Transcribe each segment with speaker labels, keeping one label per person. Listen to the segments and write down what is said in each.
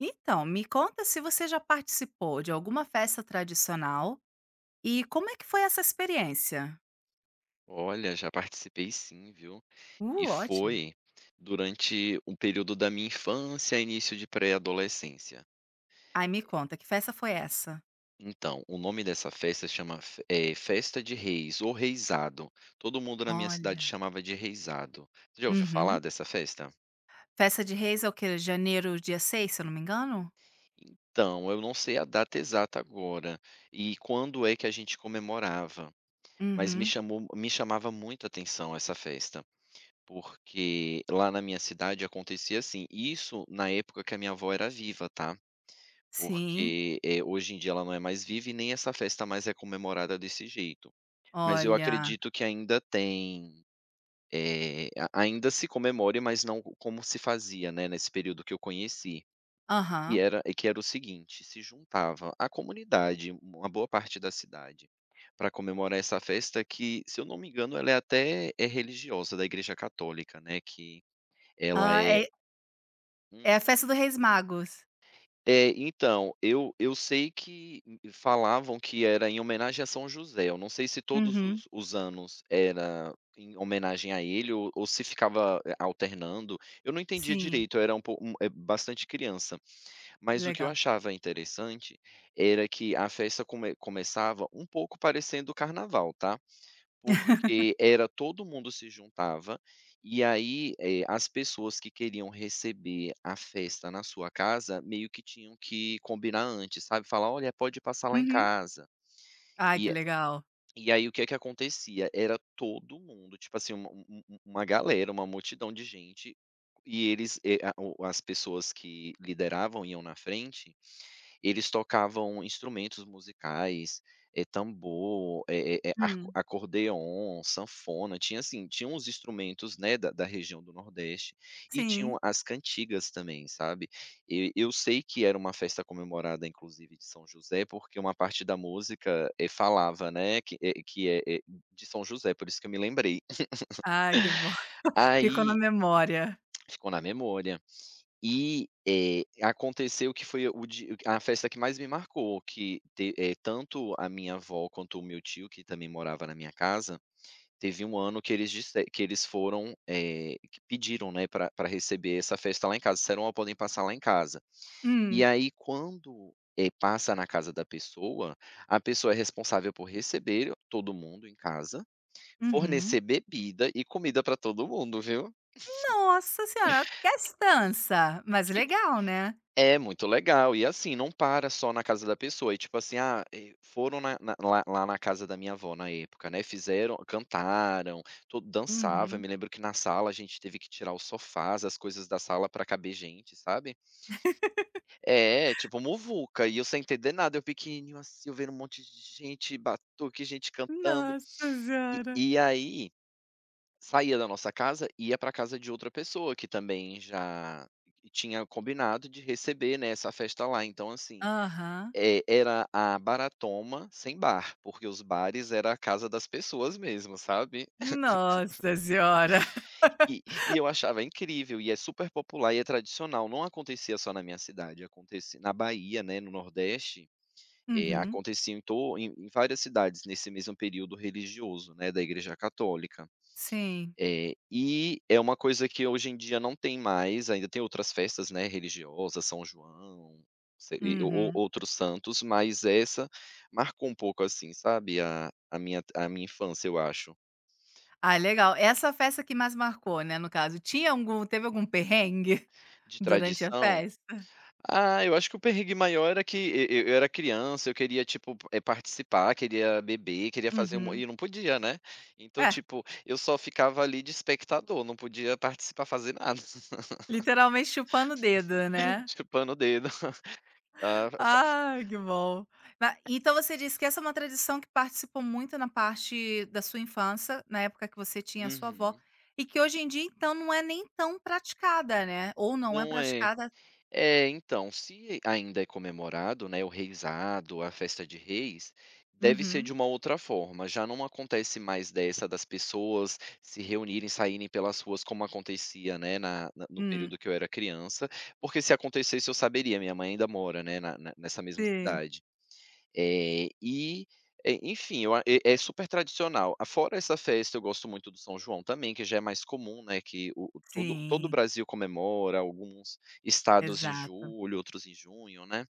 Speaker 1: Então, me conta se você já participou de alguma festa tradicional e como é que foi essa experiência?
Speaker 2: Olha, já participei sim, viu. E
Speaker 1: Ótimo.
Speaker 2: foi durante um período da minha infância, início de pré-adolescência.
Speaker 1: Ai, me conta, que festa foi essa?
Speaker 2: Então, o nome dessa festa chama, Festa de Reis ou Reisado. Todo mundo na minha cidade
Speaker 1: Olha.
Speaker 2: chamava de Reisado. Você já ouviu falar
Speaker 1: Uhum.
Speaker 2: dessa festa?
Speaker 1: Festa de Reis é o quê? Janeiro, dia seis, se eu não me engano?
Speaker 2: Então, eu não sei a data exata agora e quando é que a gente comemorava, mas
Speaker 1: Uhum.
Speaker 2: me chamava muito a atenção essa festa. Porque lá na minha cidade acontecia assim, isso na época que a minha avó era viva, tá.
Speaker 1: Sim.
Speaker 2: Porque, hoje em dia ela não é mais viva e nem essa festa mais é comemorada desse jeito. Mas eu
Speaker 1: Olha.
Speaker 2: acredito que ainda tem, eh, a ainda se comemore, mas não como se fazia, né, nesse período que eu conheci. E
Speaker 1: Aham.
Speaker 2: era e que era o seguinte, se juntava a comunidade, uma boa parte da cidade, para comemorar essa festa que, se eu não me engano, ela é até é religiosa, da Igreja Católica, né, que ela
Speaker 1: Ah,
Speaker 2: é
Speaker 1: é, é
Speaker 2: hum.
Speaker 1: a festa do Reis Magos.
Speaker 2: É, então, eu sei que falavam que era em homenagem a São José, eu não sei se todos
Speaker 1: Uhum.
Speaker 2: os anos era em homenagem a ele ou se ficava alternando, eu não entendia
Speaker 1: Sim.
Speaker 2: direito, eu era bastante criança, mas o que eu
Speaker 1: Legal.
Speaker 2: achava interessante era que a festa começava um pouco parecendo o carnaval, tá. Porque era todo mundo se juntava, e aí, as pessoas que queriam receber a festa na sua casa, meio que tinham que combinar antes, sabe, falar: "Olha, pode passar lá em
Speaker 1: Uhum.
Speaker 2: casa".
Speaker 1: Ai, que
Speaker 2: E
Speaker 1: legal.
Speaker 2: e aí o que é que acontecia, era todo mundo, tipo assim, uma um um uma galera, uma multidão de gente, e eles, eh, a o as pessoas que lideravam iam na frente, eles tocavam instrumentos musicais, tambor, arco
Speaker 1: Hum.
Speaker 2: acordeon, sanfona, tinha assim, tinha uns instrumentos, né, da região do Nordeste, e tinham
Speaker 1: Sim.
Speaker 2: as cantigas também, sabe. E eu sei que era uma festa comemorada inclusive de São José, porque uma parte da música, falava, né, que, que é de São José, por isso que eu me lembrei.
Speaker 1: Ai, que bom. Ficou na
Speaker 2: Aí,
Speaker 1: memória.
Speaker 2: ficou na memória. E, aconteceu que foi o di a festa que mais me marcou, que tanto a minha avó quanto o meu tio, que também morava na minha casa, teve um ano que eles foram, que pediram, né, para pra receber essa festa lá em casa, disseram: "Ó, podem passar lá em casa". E
Speaker 1: Hum.
Speaker 2: aí quando, passa na casa da pessoa, a pessoa é responsável por receber todo mundo em casa, fornecer
Speaker 1: Uhum.
Speaker 2: bebida e comida para todo mundo, viu.
Speaker 1: Nossa senhora, gastança, mas legal, né.
Speaker 2: É muito legal, e assim, não para só na casa da pessoa, e tipo assim, foram na na lá na casa da minha avó na época, né, fizeram cantaram, to dançava, eu
Speaker 1: Uhum.
Speaker 2: me lembro que na sala a gente teve que tirar os sofás, as coisas da sala para caber gente, sabe. É, tipo muvuca, e eu sem entender nada, eu pequenininho assim, eu vendo um monte de gente, batuque, gente cantando.
Speaker 1: Nossa
Speaker 2: E
Speaker 1: senhora.
Speaker 2: e aí, saía da nossa casa, ia pra casa de outra pessoa que também já tinha combinado de receber, né, essa festa lá, então assim,
Speaker 1: Aham.
Speaker 2: é, era a baratoma sem bar, porque os bares era a casa das pessoas mesmo, sabe.
Speaker 1: Nossa senhora.
Speaker 2: E e eu achava incrível e é super popular e é tradicional, não acontecia só na minha cidade, acontecia na Bahia, né, no Nordeste,
Speaker 1: Uhum.
Speaker 2: acontecia em to em em várias cidades nesse mesmo período religioso, né, da Igreja Católica.
Speaker 1: Sim.
Speaker 2: É, e é uma coisa que hoje em dia não tem mais, ainda tem outras festas, né, religiosas, São João, se e ou
Speaker 1: Uhum.
Speaker 2: outros santos, mas essa marcou um pouco, assim, sabe, a minha infância, eu acho.
Speaker 1: Ah, legal. Essa festa que mais marcou, né, no caso. Tinha algum teve algum perrengue
Speaker 2: De
Speaker 1: durante a
Speaker 2: tradição?
Speaker 1: festa?
Speaker 2: Ah, eu acho que o perrengue maior era que eu era criança, eu queria, tipo, participar, queria beber, queria fazer um
Speaker 1: Uhum.
Speaker 2: e não podia, né. Então,
Speaker 1: É,
Speaker 2: tipo, eu só ficava ali de espectador, não podia participar, fazer nada,
Speaker 1: literalmente chupando o dedo, né.
Speaker 2: chupando o dedo. Ah,
Speaker 1: Ai, que bom. Ma então você disse que essa é uma tradição que participou muito na parte da sua infância, na época que você tinha a sua avó,
Speaker 2: uhum.
Speaker 1: e que hoje em dia, então, não é nem tão praticada, né, ou não é
Speaker 2: Não é.
Speaker 1: praticada.
Speaker 2: É, então, se ainda é comemorado, né, o Reisado, a Festa de Reis, deve ser de
Speaker 1: Uhum.
Speaker 2: uma outra forma. Já não acontece mais dessa das pessoas se reunirem, saírem pelas ruas como acontecia, né, na na no
Speaker 1: Hum.
Speaker 2: período que eu era criança, porque se acontecesse eu saberia, minha mãe ainda mora, né, na na nessa mesma
Speaker 1: Sim,
Speaker 2: cidade. Eh, e, enfim, eu a é é super tradicional. Ah, fora essa festa, eu gosto muito do São João também, que já é mais comum, né, que o todo o
Speaker 1: sim,
Speaker 2: Brasil comemora, alguns estados em
Speaker 1: exato.
Speaker 2: julho, outros em junho, né,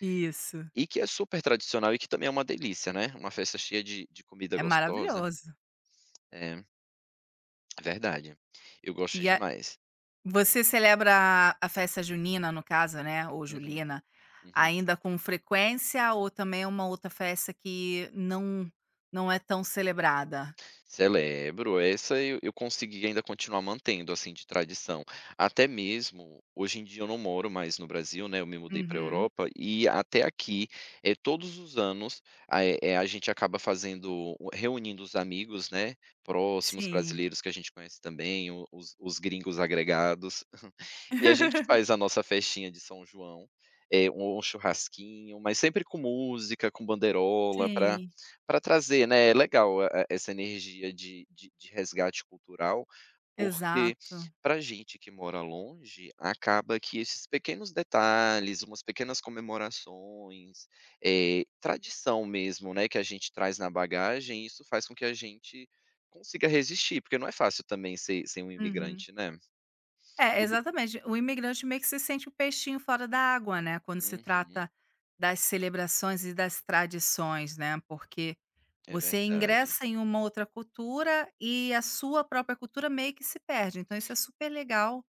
Speaker 1: Isso,
Speaker 2: e que é super tradicional e que também é uma delícia, né, uma festa cheia de comida
Speaker 1: é
Speaker 2: gostosa.
Speaker 1: maravilhoso.
Speaker 2: É, é verdade. Eu gosto
Speaker 1: E a
Speaker 2: demais.
Speaker 1: Você celebra a festa junina, no caso, né, ou
Speaker 2: Uhum,
Speaker 1: julina,
Speaker 2: uhum.
Speaker 1: ainda com frequência ou também é uma outra festa que não é tão celebrada?
Speaker 2: Celebro, essa eu consegui ainda continuar mantendo, assim, de tradição. Até mesmo hoje em dia eu não moro mais no Brasil, né, eu me mudei pra
Speaker 1: Uhum.
Speaker 2: Europa e até aqui, é todos os anos, a gente acaba fazendo reunindo os amigos, né, próximos,
Speaker 1: Sim.
Speaker 2: brasileiros que a gente conhece também, o os gringos agregados, e a gente faz a nossa festinha de São João, é um churrasquinho, mas sempre com música, com banderola pra
Speaker 1: Sim,
Speaker 2: para trazer, né, é legal, essa energia de resgate cultural, porque
Speaker 1: exato.
Speaker 2: para gente que mora longe, acaba que esses pequenos detalhes, umas pequenas comemorações, tradição mesmo, né, que a gente traz na bagagem, isso faz com que a gente consiga resistir, porque não é fácil também ser um
Speaker 1: Uhum.
Speaker 2: imigrante, né.
Speaker 1: É,
Speaker 2: Tudo
Speaker 1: exatamente. O imigrante meio que se sente o peixinho fora da água, né, quando se
Speaker 2: Uhum,
Speaker 1: trata das celebrações e das tradições, né, porque
Speaker 2: é
Speaker 1: você
Speaker 2: verdade.
Speaker 1: ingressa em uma outra cultura e a sua própria cultura meio que se perde. Então isso é super legal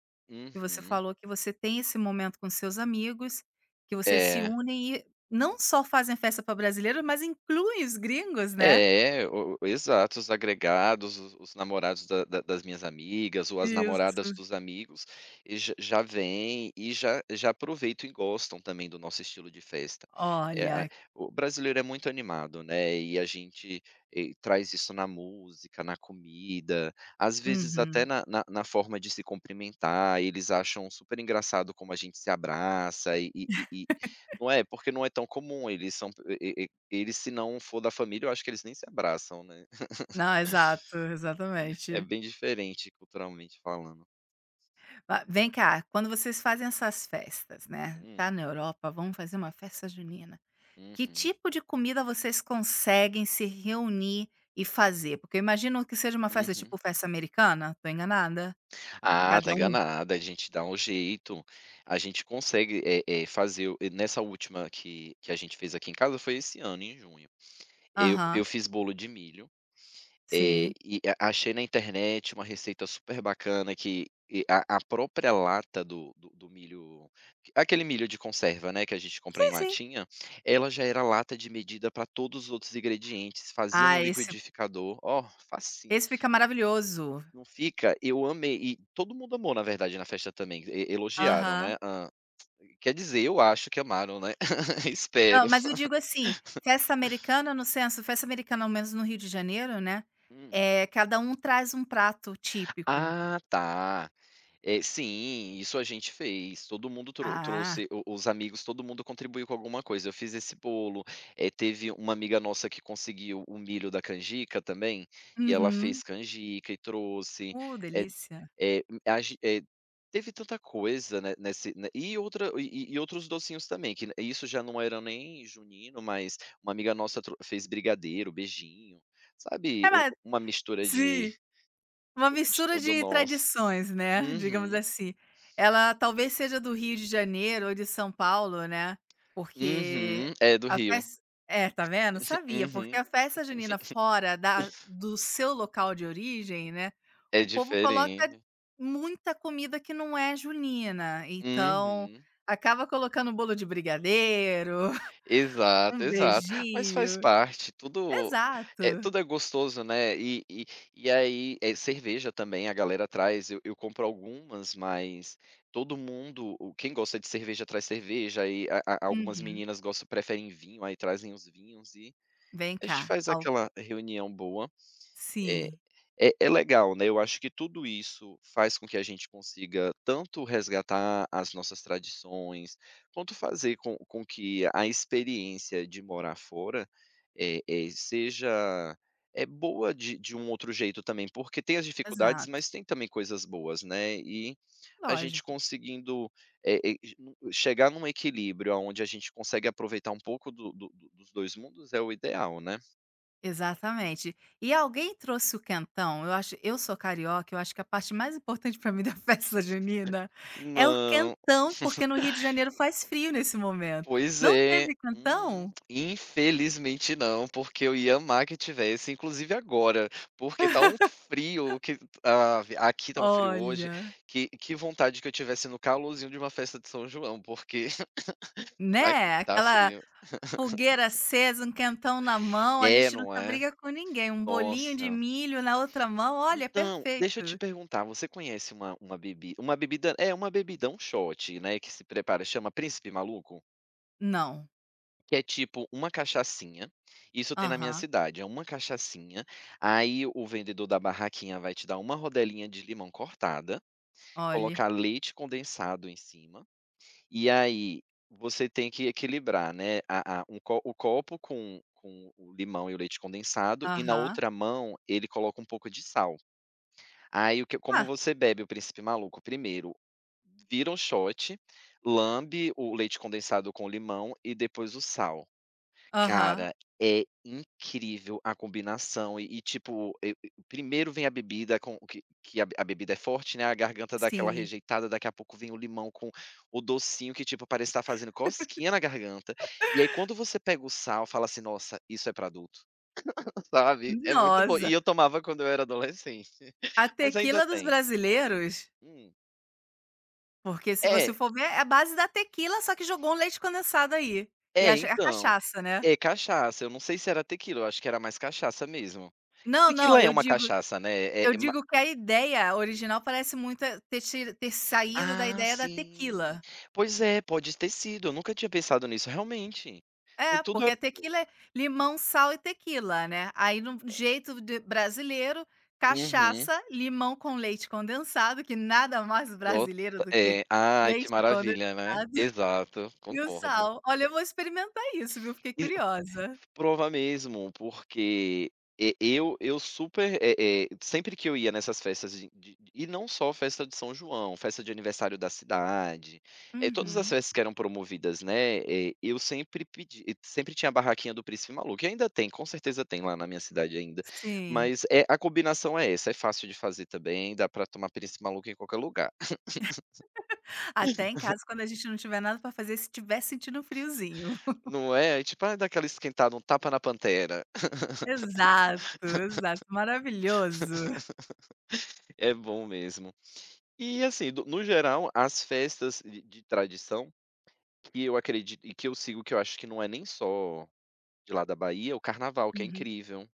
Speaker 1: que você
Speaker 2: Uhum,
Speaker 1: falou que você tem esse momento com seus amigos, que vocês se
Speaker 2: é.
Speaker 1: unem e não só fazem festa para brasileiro, mas incluem os gringos, né.
Speaker 2: É, o exato, os agregados, os namorados da da das minhas amigas ou as namoradas
Speaker 1: Isso.
Speaker 2: dos amigos, e já vêm e já aproveitam e gostam também do nosso estilo de festa. Eh, a
Speaker 1: Olha,
Speaker 2: O brasileiro é muito animado, né, e a gente, traz isso na música, na comida, às vezes até
Speaker 1: uhum.
Speaker 2: na forma de se cumprimentar, eles acham super engraçado como a gente se abraça, não é, porque não é tão comum, eles são, eles se não for da família, eu acho que eles nem se abraçam, né.
Speaker 1: Não, exato,
Speaker 2: É
Speaker 1: exatamente.
Speaker 2: bem diferente culturalmente falando.
Speaker 1: Ma vem cá, quando vocês fazem essas festas, né,
Speaker 2: Hum,
Speaker 1: tá na Europa, vamos fazer uma festa junina. Que
Speaker 2: uhum,
Speaker 1: tipo de comida vocês conseguem se reunir e fazer? Porque eu imagino que seja uma festa
Speaker 2: uhum.
Speaker 1: tipo festa americana, tô enganada?
Speaker 2: Ah, tá
Speaker 1: Cada um,
Speaker 2: enganada, a gente dá um jeito, a gente consegue, fazer o nessa última que a gente fez aqui em casa foi esse ano, em junho. Eu
Speaker 1: aham,
Speaker 2: eu fiz bolo de milho. Eh,
Speaker 1: sim.
Speaker 2: e a achei na internet uma receita super bacana que a própria lata do milho, aquele milho de conserva, né, que a gente compra em
Speaker 1: Sim, sim.
Speaker 2: latinha, ela já era lata de medida para todos os outros ingredientes, fazia no
Speaker 1: Ah, esse
Speaker 2: liquidificador, ó, facinho.
Speaker 1: esse fica maravilhoso.
Speaker 2: Não fica, eu amei, e todo mundo amou na verdade na festa também, e elogiaram,
Speaker 1: Aham.
Speaker 2: né. Quer dizer, eu acho que amaram, né, espero.
Speaker 1: Não, mas eu digo assim, festa americana no senso, festa americana, ao menos no Rio de Janeiro, né,
Speaker 2: Hum.
Speaker 1: cada um traz um prato típico.
Speaker 2: Ah, tá. É, sim, isso a gente fez. Todo mundo
Speaker 1: Ah.
Speaker 2: trouxe o os amigos, todo mundo contribuiu com alguma coisa. Eu fiz esse bolo, teve uma amiga nossa que conseguiu o milho da canjica também, e ela
Speaker 1: Uhum.
Speaker 2: fez canjica e trouxe. Eh
Speaker 1: Delícia.
Speaker 2: eh, a gen eh, Teve tanta coisa, né, nesse ne e outra e outros docinhos também, que isso já não era nem junino, mas uma amiga nossa trou fez brigadeiro, beijinho, sabe,
Speaker 1: É,
Speaker 2: u
Speaker 1: mas
Speaker 2: uma mistura de
Speaker 1: sim. Uma
Speaker 2: um de
Speaker 1: mistura
Speaker 2: tudo
Speaker 1: de
Speaker 2: nosso.
Speaker 1: tradições, né, digamos
Speaker 2: Uhum.
Speaker 1: assim. Ela talvez seja do Rio de Janeiro ou de São Paulo, né, porque
Speaker 2: Uhum. É do
Speaker 1: a
Speaker 2: Rio.
Speaker 1: festa, é, tá vendo? Sabia, porque
Speaker 2: Uhum.
Speaker 1: a festa junina fora da do seu local de origem, né,
Speaker 2: É
Speaker 1: o povo coloca
Speaker 2: diferente.
Speaker 1: muita comida que não é junina, então
Speaker 2: Uhum.
Speaker 1: acaba colocando um bolo de brigadeiro,
Speaker 2: Exato,
Speaker 1: um
Speaker 2: exato. Mas faz
Speaker 1: beijinho.
Speaker 2: parte, tudo é
Speaker 1: Exato.
Speaker 2: tudo é gostoso, né. E aí é cerveja também a galera traz, eu compro algumas, mas todo mundo, o quem gosta de cerveja traz cerveja, aí a algumas
Speaker 1: Uhum.
Speaker 2: meninas gostam preferem vinho, aí trazem os vinhos e
Speaker 1: "Vem
Speaker 2: a gente
Speaker 1: cá",
Speaker 2: faz
Speaker 1: al
Speaker 2: aquela reunião boa. É.
Speaker 1: sim,
Speaker 2: É legal, né, eu acho que tudo isso faz com que a gente consiga tanto resgatar as nossas tradições, quanto fazer com que a experiência de morar fora, eh eh, seja é boa de um outro jeito também, porque tem as dificuldades,
Speaker 1: exato.
Speaker 2: mas tem também coisas boas, né, e a gente
Speaker 1: Lógico,
Speaker 2: conseguindo, eh eh, chegar num equilíbrio onde a gente consegue aproveitar um pouco do do do dos 2 mundos é o ideal, né.
Speaker 1: exatamente. E alguém trouxe o quentão, eu acho eu sou carioca, eu acho que a parte mais importante para mim da festa junina é o
Speaker 2: Não.
Speaker 1: quentão, porque no Rio de Janeiro faz frio nesse momento.
Speaker 2: Pois
Speaker 1: Não
Speaker 2: é.
Speaker 1: teve quentão?
Speaker 2: Infelizmente não, porque eu ia amar que tivesse, inclusive agora, porque tá um frio. Aqui tá um frio hoje,
Speaker 1: Olha,
Speaker 2: que vontade que eu tivesse no calorzinho de uma festa de São João, porque aqui
Speaker 1: né,
Speaker 2: tá
Speaker 1: aquela
Speaker 2: frio.
Speaker 1: fogueira acesa, um quentão na mão, a
Speaker 2: É,
Speaker 1: gente não
Speaker 2: não
Speaker 1: tá
Speaker 2: é?
Speaker 1: briga com ninguém, um bolinho de
Speaker 2: Nossa.
Speaker 1: milho na outra mão, olha, é
Speaker 2: Então, deixa eu te
Speaker 1: perfeito.
Speaker 2: perguntar, você conhece uma bebida, um shot, né, que se prepara, chama Príncipe Maluco?
Speaker 1: Não.
Speaker 2: Que é tipo uma cachaçinha, isso tem na minha
Speaker 1: Aham.
Speaker 2: cidade, é uma cachaçinha, aí o vendedor da barraquinha vai te dar uma rodelinha de limão cortada,
Speaker 1: Olha.
Speaker 2: colocar leite condensado em cima, e aí você tem que equilibrar, né, a um co o copo com o limão e o leite condensado, e na
Speaker 1: Aham.
Speaker 2: outra mão ele coloca um pouco de sal. Aí o que como
Speaker 1: Ah,
Speaker 2: você bebe o Príncipe Maluco primeiro, vira um shot, lambe o leite condensado com limão e depois o sal.
Speaker 1: aham.
Speaker 2: Cara, é incrível a combinação e tipo, e primeiro vem a bebida com que a bebida é forte, né, a garganta dá aquela
Speaker 1: Sim.
Speaker 2: rejeitada, daqui a pouco vem o limão com o docinho que, tipo, parece estar fazendo cosquinha na garganta, e aí quando você pega o sal, fala assim: "Nossa, isso é pra adulto", sabe, é muito bom. E
Speaker 1: Nossa.
Speaker 2: eu tomava quando eu era adolescente,
Speaker 1: A
Speaker 2: mas ainda
Speaker 1: tequila dos
Speaker 2: tem.
Speaker 1: brasileiros,
Speaker 2: Hum.
Speaker 1: porque se você
Speaker 2: É,
Speaker 1: for ver, é a base da tequila, só que jogou um leite condensado aí. E
Speaker 2: é
Speaker 1: a
Speaker 2: então,
Speaker 1: cachaça, né.
Speaker 2: é cachaça, eu não sei se era tequila, eu acho que era mais cachaça mesmo. Que
Speaker 1: Não, não,
Speaker 2: tequila é
Speaker 1: eu
Speaker 2: uma
Speaker 1: digo
Speaker 2: cachaça, né, é
Speaker 1: eu digo que a ideia original parece muito ter saído da
Speaker 2: Ah,
Speaker 1: ideia da
Speaker 2: sim.
Speaker 1: tequila.
Speaker 2: Pois é, pode ter sido, eu nunca tinha pensado nisso, realmente. E
Speaker 1: É,
Speaker 2: tudo
Speaker 1: porque
Speaker 2: é.
Speaker 1: a tequila é limão, sal e tequila, né. Aí no jeito de brasileiro,
Speaker 2: Uhum.
Speaker 1: cachaça, limão com leite condensado, que nada mais brasileiro
Speaker 2: Tota
Speaker 1: do que
Speaker 2: é. Ai, que
Speaker 1: leite condensado.
Speaker 2: maravilha, né. Exato,
Speaker 1: E o
Speaker 2: concordo.
Speaker 1: sal. Olha, eu vou experimentar isso, viu, fiquei curiosa.
Speaker 2: Prova mesmo, porque e eu super, sempre que eu ia nessas festas de e não só festa de São João, festa de aniversário da cidade, é todas as
Speaker 1: Uhum.
Speaker 2: festas que eram promovidas, né, eu sempre tinha a barraquinha do Príncipe Maluco, e ainda tem, com certeza tem lá na minha cidade ainda,
Speaker 1: Sim.
Speaker 2: mas, é a combinação é essa, é fácil de fazer também, dá pra tomar Príncipe Maluco em qualquer lugar,
Speaker 1: Até em casa, quando a gente não tiver nada pra fazer, se tiver sentindo um friozinho.
Speaker 2: não é. É tipo, ai dá aquela esquentada, um tapa na pantera,
Speaker 1: Exato, exato, maravilhoso.
Speaker 2: é bom mesmo. E assim, do no geral, as festas de tradição que eu acredito e que eu sigo, que eu acho que não é nem só de lá da Bahia, é o carnaval, que é
Speaker 1: Uhum.
Speaker 2: incrível,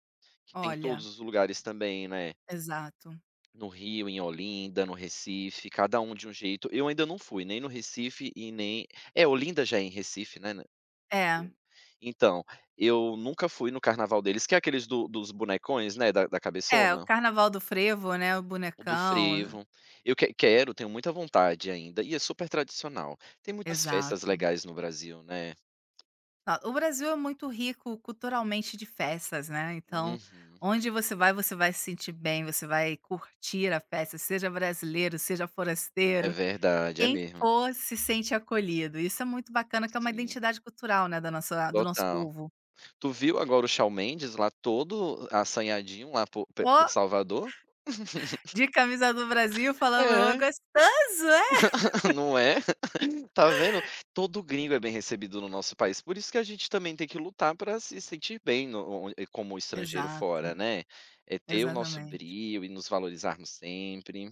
Speaker 2: que tem em
Speaker 1: Olha,
Speaker 2: todos os lugares também, né,
Speaker 1: exato.
Speaker 2: no Rio, em Olinda, no Recife, cada um de um jeito. Eu ainda não fui, nem no Recife e nem é, Olinda já é em Recife, né, né.
Speaker 1: É,
Speaker 2: Então, eu nunca fui no carnaval deles, que é aqueles do dos bonecões, né, da
Speaker 1: é, o
Speaker 2: cabeçona.
Speaker 1: carnaval do frevo, né, o
Speaker 2: O do
Speaker 1: bonecão,
Speaker 2: frevo. Eu que quero, tenho muita vontade ainda, e é super tradicional. Tem muitas festas
Speaker 1: exato.
Speaker 2: legais no Brasil, né.
Speaker 1: Ah, o Brasil é muito rico culturalmente de festas, né, então
Speaker 2: Uhum.
Speaker 1: onde você vai se sentir bem, você vai curtir a festa, seja brasileiro, seja
Speaker 2: É
Speaker 1: forasteiro.
Speaker 2: verdade, é
Speaker 1: Quem
Speaker 2: mesmo.
Speaker 1: for se sente acolhido, isso é muito bacana que é uma
Speaker 2: Sim,
Speaker 1: identidade cultural, né, da nossa do nosso
Speaker 2: total.
Speaker 1: povo.
Speaker 2: Tu viu agora o Shawn Mendes lá todo assanhadinho lá
Speaker 1: Ó,
Speaker 2: por Salvador?
Speaker 1: de camisa do Brasil falando: "Ô,
Speaker 2: É,
Speaker 1: gostoso, é?".
Speaker 2: não é? Tá vendo? Todo gringo é bem recebido no nosso país, por isso que a gente também tem que lutar para se sentir bem no on como estrangeiro fora,
Speaker 1: Exato,
Speaker 2: né. É ter o nosso
Speaker 1: exatamente.
Speaker 2: brio e nos valorizarmos sempre,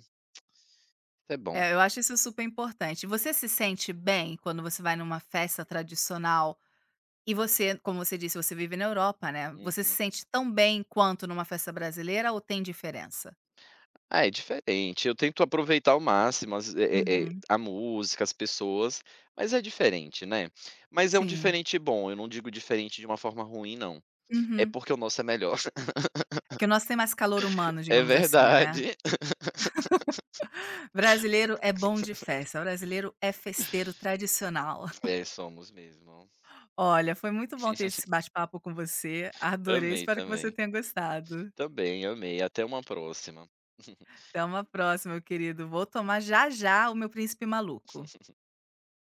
Speaker 2: isso é bom.
Speaker 1: É, eu acho isso super importante. Você se sente bem quando você vai numa festa tradicional e você, como você disse, você vive na Europa, né, você se
Speaker 2: Uhum.
Speaker 1: sente tão bem quanto numa festa brasileira ou tem diferença?
Speaker 2: Ah, é diferente. Eu tento aproveitar ao máximo as
Speaker 1: Uhum,
Speaker 2: a música, as pessoas, mas é diferente, né. Mas é um
Speaker 1: sim.
Speaker 2: diferente bom, eu não digo diferente de uma forma ruim não. É
Speaker 1: Uhum.
Speaker 2: porque o nosso é melhor.
Speaker 1: É que o nosso tem mais calor humano,
Speaker 2: É
Speaker 1: digamos assim, né?
Speaker 2: verdade.
Speaker 1: Brasileiro é bom de festa, brasileiro é festeiro tradicional.
Speaker 2: É, somos mesmo.
Speaker 1: Olha, foi muito bom ter esse bate-papo com você, adorei,
Speaker 2: Amei
Speaker 1: espero que você
Speaker 2: também.
Speaker 1: tenha gostado.
Speaker 2: Também amei. Até uma próxima.
Speaker 1: Até uma próxima, meu querido, vou tomar já já o meu Príncipe Maluco.